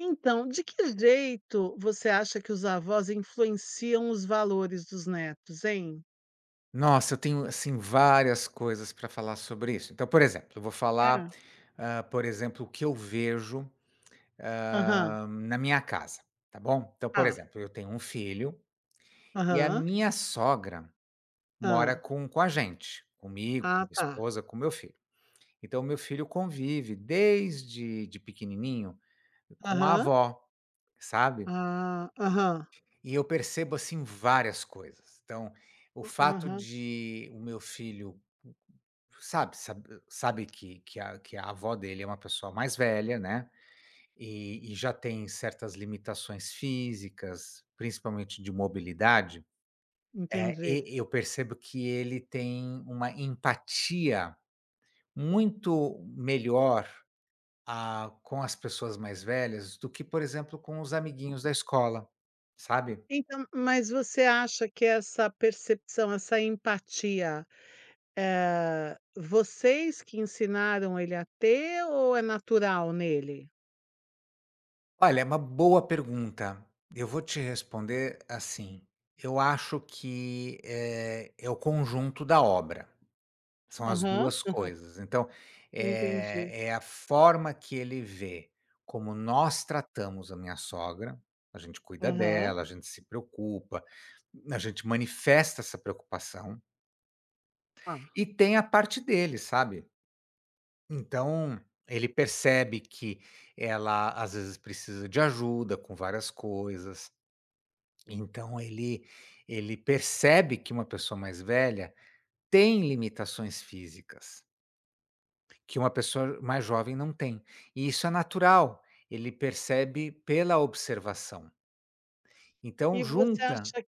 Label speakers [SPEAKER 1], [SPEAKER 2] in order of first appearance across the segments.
[SPEAKER 1] Então, de que jeito você acha que os avós influenciam os valores dos netos, hein?
[SPEAKER 2] Nossa, eu tenho, assim, várias coisas para falar sobre isso. Então, por exemplo, eu vou falar,
[SPEAKER 1] É.
[SPEAKER 2] por exemplo, o que eu vejo,
[SPEAKER 1] Aham.
[SPEAKER 2] na minha casa, tá bom? Então, por
[SPEAKER 1] Tá.
[SPEAKER 2] exemplo, eu tenho um filho e a
[SPEAKER 1] Aham.
[SPEAKER 2] minha sogra
[SPEAKER 1] Hã.
[SPEAKER 2] mora com a gente, comigo, com
[SPEAKER 1] Ah,
[SPEAKER 2] minha
[SPEAKER 1] tá.
[SPEAKER 2] esposa, com meu filho. Então, meu filho convive desde de pequenininho com a
[SPEAKER 1] Aham.
[SPEAKER 2] avó, sabe?
[SPEAKER 1] Ah, aham.
[SPEAKER 2] E eu percebo, assim, várias coisas. Então, o fato
[SPEAKER 1] Aham,
[SPEAKER 2] de o meu filho sabe sabe sabe que a avó dele é uma pessoa mais velha, né, e já tem certas limitações físicas, principalmente de mobilidade,
[SPEAKER 1] entendi.
[SPEAKER 2] e eu percebo que ele tem uma empatia muito melhor, com as pessoas mais velhas do que, por exemplo, com os amiguinhos da escola, sabe.
[SPEAKER 1] Então, mas você acha que essa percepção, essa empatia, vocês que ensinaram ele a ter ou é natural nele?
[SPEAKER 2] Olha, é uma boa pergunta. Eu vou te responder assim, eu acho que, é o conjunto da obra, são as
[SPEAKER 1] Aham.
[SPEAKER 2] 2
[SPEAKER 1] Aham.
[SPEAKER 2] coisas. Então,
[SPEAKER 1] Entendi.
[SPEAKER 2] é a forma que ele vê como nós tratamos a minha sogra, a gente cuida
[SPEAKER 1] Aham.
[SPEAKER 2] dela, a gente se preocupa, a gente manifesta essa preocupação,
[SPEAKER 1] Ah.
[SPEAKER 2] e tem a parte dele, sabe. Então, ele percebe que ela às vezes precisa de ajuda com várias coisas. Então ele percebe que uma pessoa mais velha tem limitações físicas, que uma pessoa mais jovem não tem. E isso é natural, ele percebe pela observação.
[SPEAKER 1] E
[SPEAKER 2] Então
[SPEAKER 1] você
[SPEAKER 2] junta
[SPEAKER 1] acha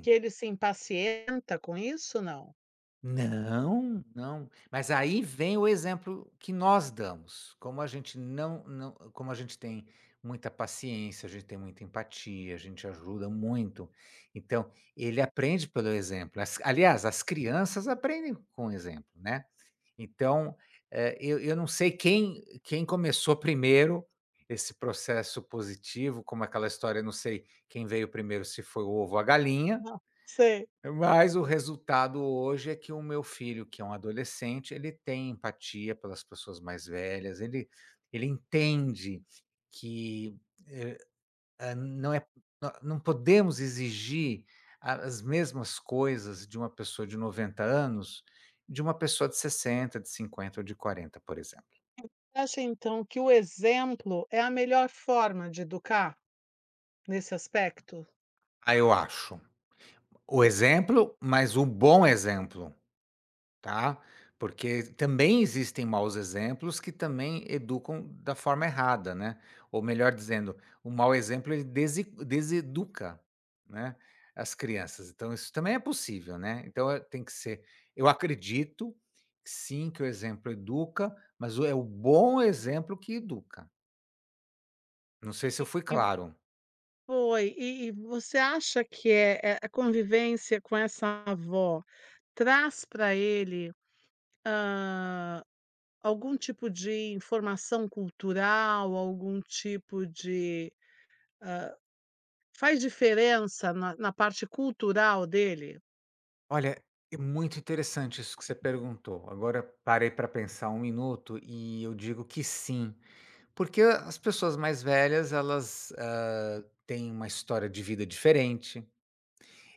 [SPEAKER 1] que ele se impacienta com isso, não?
[SPEAKER 2] Não, não. Mas aí vem o exemplo que nós damos. Como a gente não, não, como a gente tem muita paciência, a gente tem muita empatia, a gente ajuda muito. Então, ele aprende pelo exemplo. As- aliás, as crianças aprendem com o exemplo, né? Então, eu não sei quem começou primeiro esse processo positivo, como aquela história, eu não sei quem veio primeiro, se foi o ovo ou a galinha,
[SPEAKER 1] Aham, sei.
[SPEAKER 2] mas o resultado hoje é que o meu filho, que é um adolescente, ele tem empatia pelas pessoas mais velhas, ele entende que, não é nó não podemos exigir a as mesmas coisas de uma pessoa de 90 anos, de uma pessoa de 60, de 50 ou de 40, por exemplo.
[SPEAKER 1] Acha então que o exemplo é a melhor forma de educar nesse aspecto?
[SPEAKER 2] Ah, eu acho. O exemplo, mas o bom exemplo. Tá? Porque também existem maus exemplos que também educam da forma errada, né? Ou melhor dizendo, o mau exemplo ele desi deseduca, né, as crianças. Então isso também é possível, né? Então tem que ser eu acredito, sim, que o exemplo educa, mas o é o bom exemplo que educa. Não sei se eu fui
[SPEAKER 1] E
[SPEAKER 2] claro.
[SPEAKER 1] foi. E você acha que é a convivência com essa avó traz para ele, hã, algum tipo de informação cultural, algum tipo de hã, faz diferença na parte cultural dele?
[SPEAKER 2] Olha, é muito interessante isso que você perguntou. Agora parei para pensar um minuto e eu digo que sim. Porque as pessoas mais velhas, elas, têm uma história de vida diferente,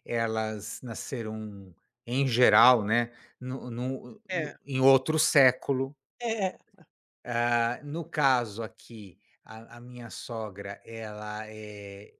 [SPEAKER 2] elas nasceram, em geral, né, no no
[SPEAKER 1] É,
[SPEAKER 2] no em outro século.
[SPEAKER 1] é.
[SPEAKER 2] Ah, no caso aqui, a minha sogra, ela é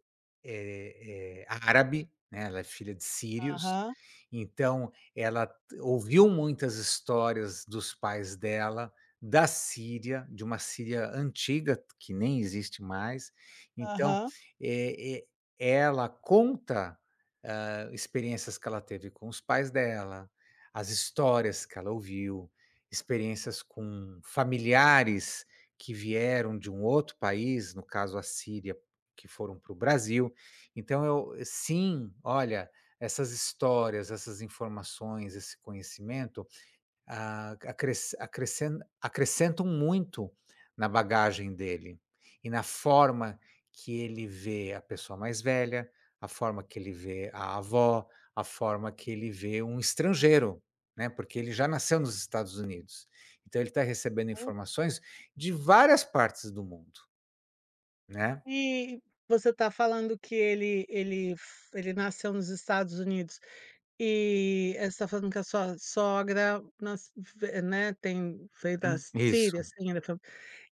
[SPEAKER 2] é é árabe, né, ela é filha de sírios,
[SPEAKER 1] Aham,
[SPEAKER 2] então ela t ouviu muitas histórias dos pais dela, da Síria, de uma Síria antiga, que nem existe mais. Então,
[SPEAKER 1] aham.
[SPEAKER 2] eh ela conta, experiências que ela teve com os pais dela, as histórias que ela ouviu. Experiências com familiares que vieram de um outro país, no caso a Síria, que foram para o Brasil. Então eu sim, olha, essas histórias, essas informações, esse conhecimento, acrescentam muito na bagagem dele e na forma que ele vê a pessoa mais velha, a forma que ele vê a avó, a forma que ele vê um estrangeiro, né, porque ele já nasceu nos Estados Unidos. Então ele está recebendo informações de várias partes do mundo, né.
[SPEAKER 1] E você está falando que ele nasceu nos Estados Unidos e você está falando que a sua sogra nas ve né, tem veio da
[SPEAKER 2] Uhum, isso.
[SPEAKER 1] Síria, assim, da fam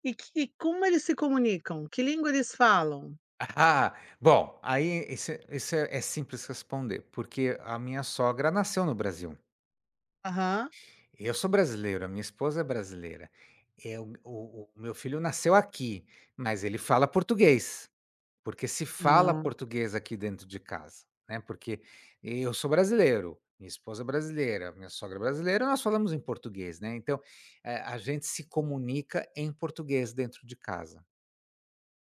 [SPEAKER 1] e que e como eles se comunicam? Que língua eles falam?
[SPEAKER 2] Ah, bom, aí isso esse é simples responder, porque a minha sogra nasceu no Brasil.
[SPEAKER 1] Aham.
[SPEAKER 2] Eu sou brasileiro, a minha esposa é brasileira. É o meu filho nasceu aqui, mas ele fala português, porque se fala
[SPEAKER 1] Ah.
[SPEAKER 2] português aqui dentro de casa, né, porque eu sou brasileiro, minha esposa é brasileira, minha sogra é brasileira, nós falamos em português, né, então, a gente se comunica em português dentro de casa.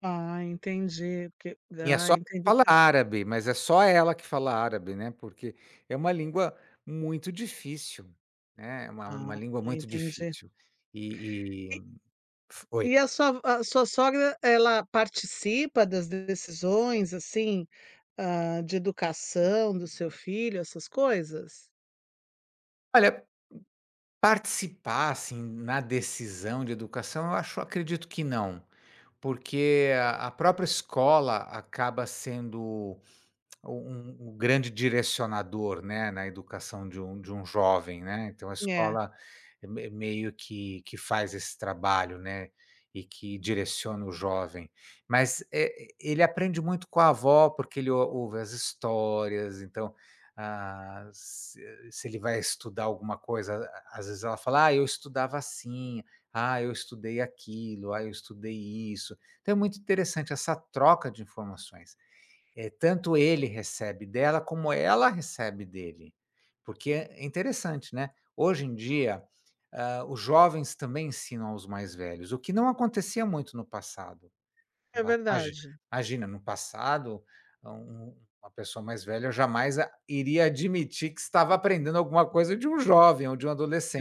[SPEAKER 1] Ah, entendi, porque
[SPEAKER 2] Minha
[SPEAKER 1] ah,
[SPEAKER 2] sogra
[SPEAKER 1] entendi
[SPEAKER 2] fala
[SPEAKER 1] porque
[SPEAKER 2] árabe, mas é só ela que fala árabe, né, porque é uma língua muito difícil, né, é uma
[SPEAKER 1] ah,
[SPEAKER 2] língua muito
[SPEAKER 1] entendi.
[SPEAKER 2] difícil. E
[SPEAKER 1] E
[SPEAKER 2] foi.
[SPEAKER 1] e a sua sogra, ela participa das decisões, assim? Hã, de educação do seu filho, essas coisas?
[SPEAKER 2] Olha, participar, assim, na decisão de educação, eu acho acredito que não, porque a própria escola acaba sendo um grande direcionador, né, na educação de um jovem, né, então a
[SPEAKER 1] É.
[SPEAKER 2] escola é me meio que faz esse trabalho, né, e que direciona o jovem. Mas, ele aprende muito com a avó, porque ele ou ouve as histórias, então, ah, se se ele vai estudar alguma coisa, a às vezes ela fala: "Ah, eu estudava assim. Ah, eu estudei aquilo. Ah, eu estudei isso". Então é muito interessante essa troca de informações. Tanto ele recebe dela, como ela recebe dele. Porque é interessante, né, hoje em dia, os jovens também ensinam aos mais velhos, o que não acontecia muito no passado.
[SPEAKER 1] É
[SPEAKER 2] Ma imagi
[SPEAKER 1] verdade.
[SPEAKER 2] imagina, no passado, um uma pessoa mais velha jamais a iria admitir que estava aprendendo alguma coisa de um jovem ou de um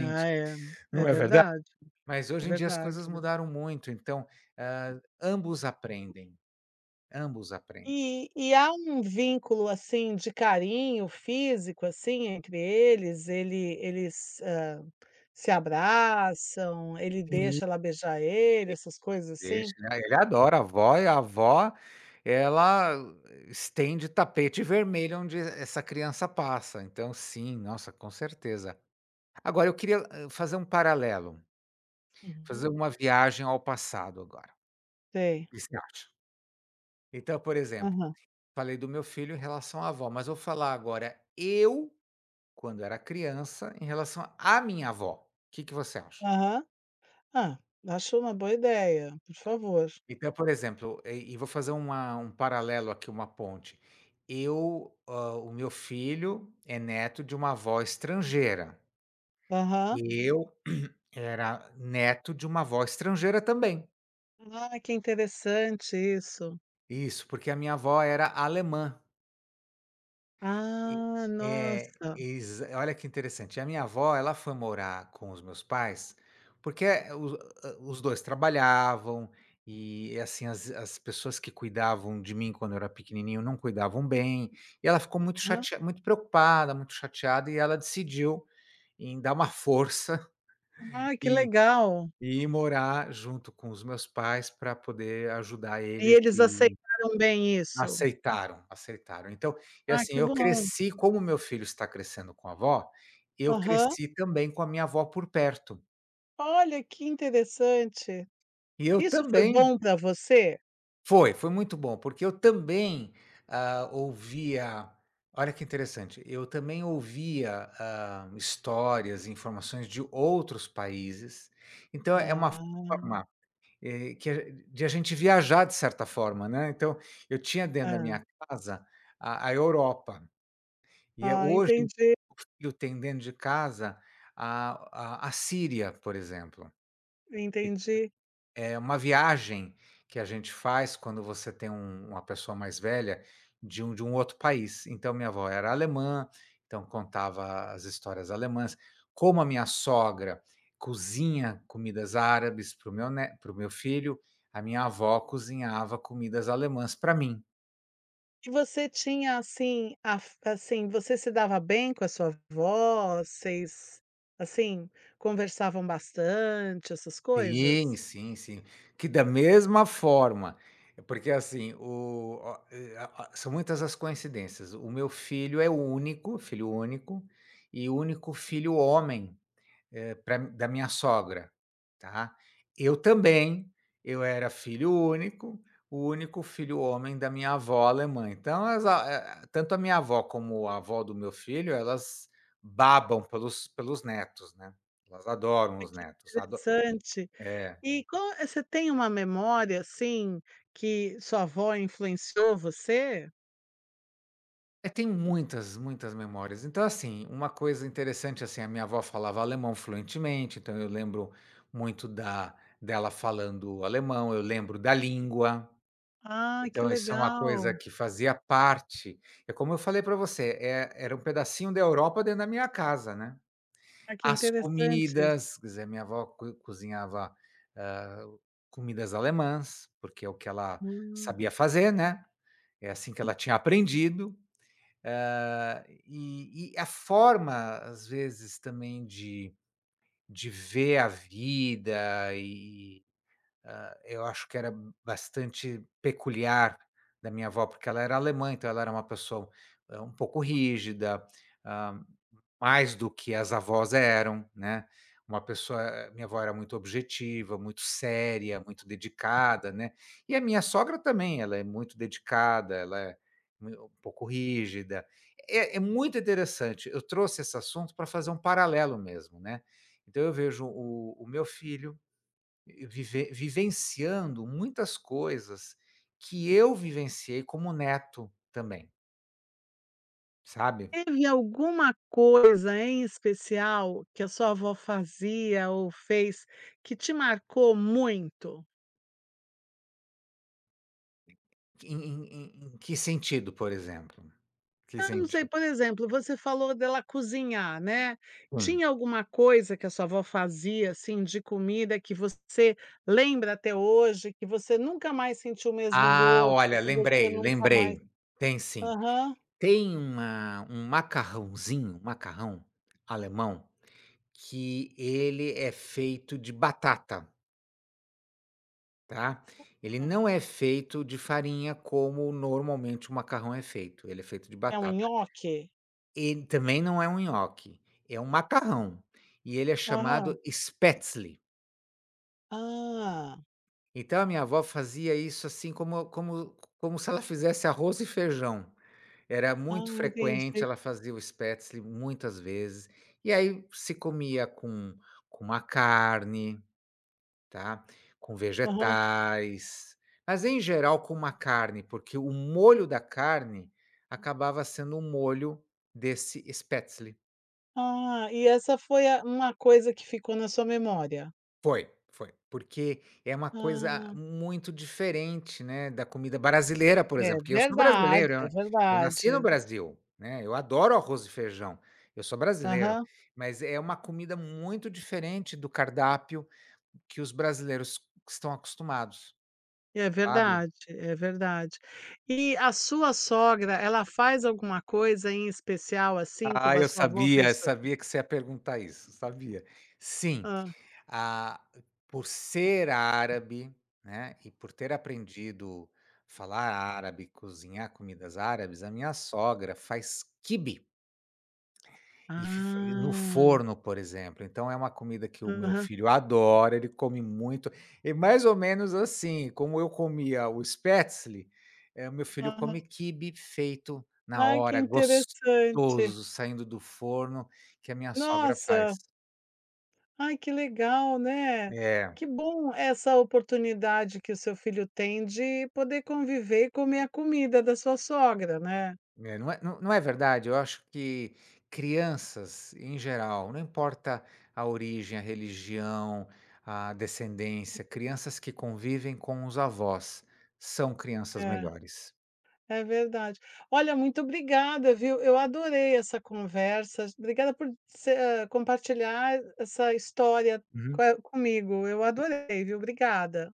[SPEAKER 1] Ah, é. É
[SPEAKER 2] não é verdade?
[SPEAKER 1] verdade,
[SPEAKER 2] Mas
[SPEAKER 1] é
[SPEAKER 2] hoje em dia as
[SPEAKER 1] verdade,
[SPEAKER 2] coisas
[SPEAKER 1] é ver
[SPEAKER 2] mudaram muito, então, ambos aprendem, ambos aprendem.
[SPEAKER 1] E há um vínculo, assim, de carinho físico, assim, entre eles? Ele eles, hã, se abraçam, ele deixa ela beijar ele, essas coisas
[SPEAKER 2] Deixa,
[SPEAKER 1] assim?
[SPEAKER 2] né, ele adora a avó e a avó, ela estende tapete vermelho onde essa criança passa, então sim, nossa, com certeza. Agora eu queria, fazer um paralelo,
[SPEAKER 1] Uhum.
[SPEAKER 2] fazer uma viagem ao passado agora,
[SPEAKER 1] Sei.
[SPEAKER 2] o que você acha? Então, por exemplo,
[SPEAKER 1] Aham.
[SPEAKER 2] falei do meu filho em relação à avó, mas vou falar agora eu, quando era criança, em relação à minha avó. O que que você acha?
[SPEAKER 1] Aham. Ah, acho uma boa ideia, por favor.
[SPEAKER 2] Então, por exemplo, e vou fazer uma um paralelo aqui, uma ponte. Eu, o meu filho é neto de uma avó estrangeira,
[SPEAKER 1] Aham.
[SPEAKER 2] e eu era neto de uma avó estrangeira também.
[SPEAKER 1] Ah, que interessante isso.
[SPEAKER 2] Isso, porque a minha avó era alemã. E
[SPEAKER 1] Ah,
[SPEAKER 2] é,
[SPEAKER 1] nossa.
[SPEAKER 2] exa olha que interessante. A minha avó, ela foi morar com os meus pais, porque os 2 trabalhavam e, assim, as pessoas que cuidavam de mim quando eu era pequenininho não cuidavam bem, e ela ficou muito
[SPEAKER 1] Hã.
[SPEAKER 2] chateada, muito preocupada, muito chateada, e ela decidiu em dar uma força
[SPEAKER 1] Ah, que
[SPEAKER 2] e
[SPEAKER 1] legal.
[SPEAKER 2] e ir morar junto com os meus pais para poder ajudar
[SPEAKER 1] E
[SPEAKER 2] eles.
[SPEAKER 1] eles aceitaram bem isso?
[SPEAKER 2] Aceitaram, aceitaram. Então, e
[SPEAKER 1] Ah,
[SPEAKER 2] assim,
[SPEAKER 1] que
[SPEAKER 2] eu
[SPEAKER 1] bom.
[SPEAKER 2] cresci como meu filho está crescendo com a avó, eu
[SPEAKER 1] Aham.
[SPEAKER 2] cresci também com a minha avó por perto.
[SPEAKER 1] Olha, que interessante.
[SPEAKER 2] E eu
[SPEAKER 1] Isso foi
[SPEAKER 2] também
[SPEAKER 1] bom para você?
[SPEAKER 2] foi, foi muito bom, porque eu também, ouvia olha que interessante, eu também ouvia, histórias informações de outros países, então é uma
[SPEAKER 1] Ah,
[SPEAKER 2] forma, que a de a gente viajar de certa forma, né, então eu tinha dentro da
[SPEAKER 1] hã.
[SPEAKER 2] minha casa a Europa. E é
[SPEAKER 1] Ah,
[SPEAKER 2] hoje
[SPEAKER 1] entendi,
[SPEAKER 2] o frio tem dentro de casa a Síria, por exemplo, e
[SPEAKER 1] entendi.
[SPEAKER 2] é uma viagem que a gente faz quando você tem uma pessoa mais velha de um outro país. Então minha avó era alemã, então contava as histórias alemãs, como a minha sogra cozinha comidas árabes para o meu ne para o meu filho, a minha avó cozinhava comidas alemãs para mim.
[SPEAKER 1] E você tinha, assim, a f assim, você se dava bem com a sua avó? Vocês, assim, conversavam bastante, essas
[SPEAKER 2] Sim,
[SPEAKER 1] coisas?
[SPEAKER 2] sim, sim. Que da mesma forma é porque assim, o a e a são muitas as coincidências. O meu filho é o único, filho único, e o único filho homem, pra da minha sogra, tá. Eu também, eu era filho único, o único filho homem da minha avó alemã. Então as a tanto a minha avó como a avó do meu filho, elas babam pelos netos, né. Elas adoram
[SPEAKER 1] Ah,
[SPEAKER 2] os
[SPEAKER 1] que
[SPEAKER 2] netos, ado
[SPEAKER 1] interessante.
[SPEAKER 2] é.
[SPEAKER 1] E qual você tem uma memória, assim, que sua avó influenciou você?
[SPEAKER 2] É, tem muitas, muitas memórias. Então, assim, uma coisa interessante, assim, a minha avó falava alemão fluentemente, então eu lembro muito da dela falando alemão, eu lembro da língua.
[SPEAKER 1] Ah, que
[SPEAKER 2] Então isso é uma coisa
[SPEAKER 1] legal.
[SPEAKER 2] que fazia parte. É como eu falei para você, é era um pedacinho da Europa dentro da minha casa, né.
[SPEAKER 1] Ah, que
[SPEAKER 2] As
[SPEAKER 1] interessante isso.
[SPEAKER 2] comidas, quer dizer, minha avó co cozinhava, hã, comidas alemãs, porque é o que ela
[SPEAKER 1] Hum.
[SPEAKER 2] sabia fazer, né, é assim que ela tinha aprendido. Ah, e a forma, às vezes, também de ver a vida e, eu acho que era bastante peculiar da minha avó, porque ela era alemã, então ela era uma pessoa, um pouco rígida, ah, mais do que as avós eram, né, uma pessoa minha avó era muito objetiva, muito séria, muito dedicada, né, e a minha sogra também, ela é muito dedicada, ela é um pouco rígida. É muito interessante, eu trouxe esse assunto para fazer um paralelo mesmo, né. Então eu vejo o meu filho vivenciando muitas coisas que eu vivenciei como neto também, sabe.
[SPEAKER 1] Teve alguma coisa em especial que a sua avó fazia ou fez que te marcou muito?
[SPEAKER 2] Em que sentido, por exemplo? Que
[SPEAKER 1] Ah, não sei,
[SPEAKER 2] sentido?
[SPEAKER 1] por exemplo, você falou dela cozinhar, né.
[SPEAKER 2] Sim.
[SPEAKER 1] Tinha alguma coisa que a sua avó fazia, assim, de comida que você lembra até hoje, que você nunca mais sentiu o mesmo
[SPEAKER 2] Ah,
[SPEAKER 1] gosto, que
[SPEAKER 2] olha,
[SPEAKER 1] você
[SPEAKER 2] lembrei,
[SPEAKER 1] nunca mais
[SPEAKER 2] lembrei. Tem sim.
[SPEAKER 1] aham.
[SPEAKER 2] Tem uma um macarrãozinho, macarrão alemão, que ele é feito de batata, tá. Ele não é feito de farinha como normalmente o macarrão é feito, ele é feito de
[SPEAKER 1] É um
[SPEAKER 2] batata.
[SPEAKER 1] nhoque?
[SPEAKER 2] Ele também não é um nhoque, é um macarrão, e ele é
[SPEAKER 1] Aham.
[SPEAKER 2] chamado Spätzle.
[SPEAKER 1] Ah,
[SPEAKER 2] Então a minha avó fazia isso, assim, como se ela fizesse arroz e feijão. Era
[SPEAKER 1] ah,
[SPEAKER 2] muito frequente,
[SPEAKER 1] entendi.
[SPEAKER 2] ela fazia o spätzle muitas vezes, e aí se comia com uma carne, tá, com
[SPEAKER 1] Aham.
[SPEAKER 2] vegetais, mas em geral com uma carne, porque o molho da carne acabava sendo o molho desse spätzle.
[SPEAKER 1] Ah, e essa foi a uma coisa que ficou na sua memória?
[SPEAKER 2] Foi, foi. Porque é uma coisa
[SPEAKER 1] Ah,
[SPEAKER 2] muito diferente, né, da comida brasileira, por
[SPEAKER 1] é
[SPEAKER 2] exemplo, que eu sou
[SPEAKER 1] verdade,
[SPEAKER 2] brasileiro,
[SPEAKER 1] é
[SPEAKER 2] eu nasci no
[SPEAKER 1] verdade.
[SPEAKER 2] Brasil, né, eu adoro arroz e feijão, eu sou brasileiro,
[SPEAKER 1] Aham.
[SPEAKER 2] mas é uma comida muito diferente do cardápio que os brasileiros estão acostumados,
[SPEAKER 1] É
[SPEAKER 2] sabe.
[SPEAKER 1] verdade, é verdade. E a sua sogra, ela faz alguma coisa em especial, assim, como
[SPEAKER 2] Ah,
[SPEAKER 1] a sua avó fez
[SPEAKER 2] eu
[SPEAKER 1] pra
[SPEAKER 2] sabia que você ia perguntar isso, sabia. Sim,
[SPEAKER 1] ah.
[SPEAKER 2] ah, por ser árabe, né, e por ter aprendido falar árabe, cozinhar comidas árabes, a minha sogra faz quibe e f f no
[SPEAKER 1] Ah.
[SPEAKER 2] forno, por exemplo. Então é uma comida que o meu
[SPEAKER 1] Aham,
[SPEAKER 2] filho adora, ele come muito. É mais ou menos assim, como eu comia o spätzle, o meu filho
[SPEAKER 1] aham.
[SPEAKER 2] come quibe feito na
[SPEAKER 1] Ai, que
[SPEAKER 2] hora,
[SPEAKER 1] interessante.
[SPEAKER 2] gostoso, saindo do forno, que a minha sogra faz.
[SPEAKER 1] Nossa, ai, que legal, né.
[SPEAKER 2] É.
[SPEAKER 1] Que bom essa oportunidade que o seu filho tem de poder conviver e comer a comida da sua sogra, né.
[SPEAKER 2] É não não é verdade, eu acho que crianças em geral, não importa a origem, a religião, a descendência, crianças que convivem com os avós são crianças
[SPEAKER 1] É.
[SPEAKER 2] melhores.
[SPEAKER 1] É verdade. Olha, muito obrigada, viu? Eu adorei essa conversa. Obrigada por compartilhar essa história
[SPEAKER 2] Uhum.
[SPEAKER 1] comigo. Eu adorei, viu? Obrigada.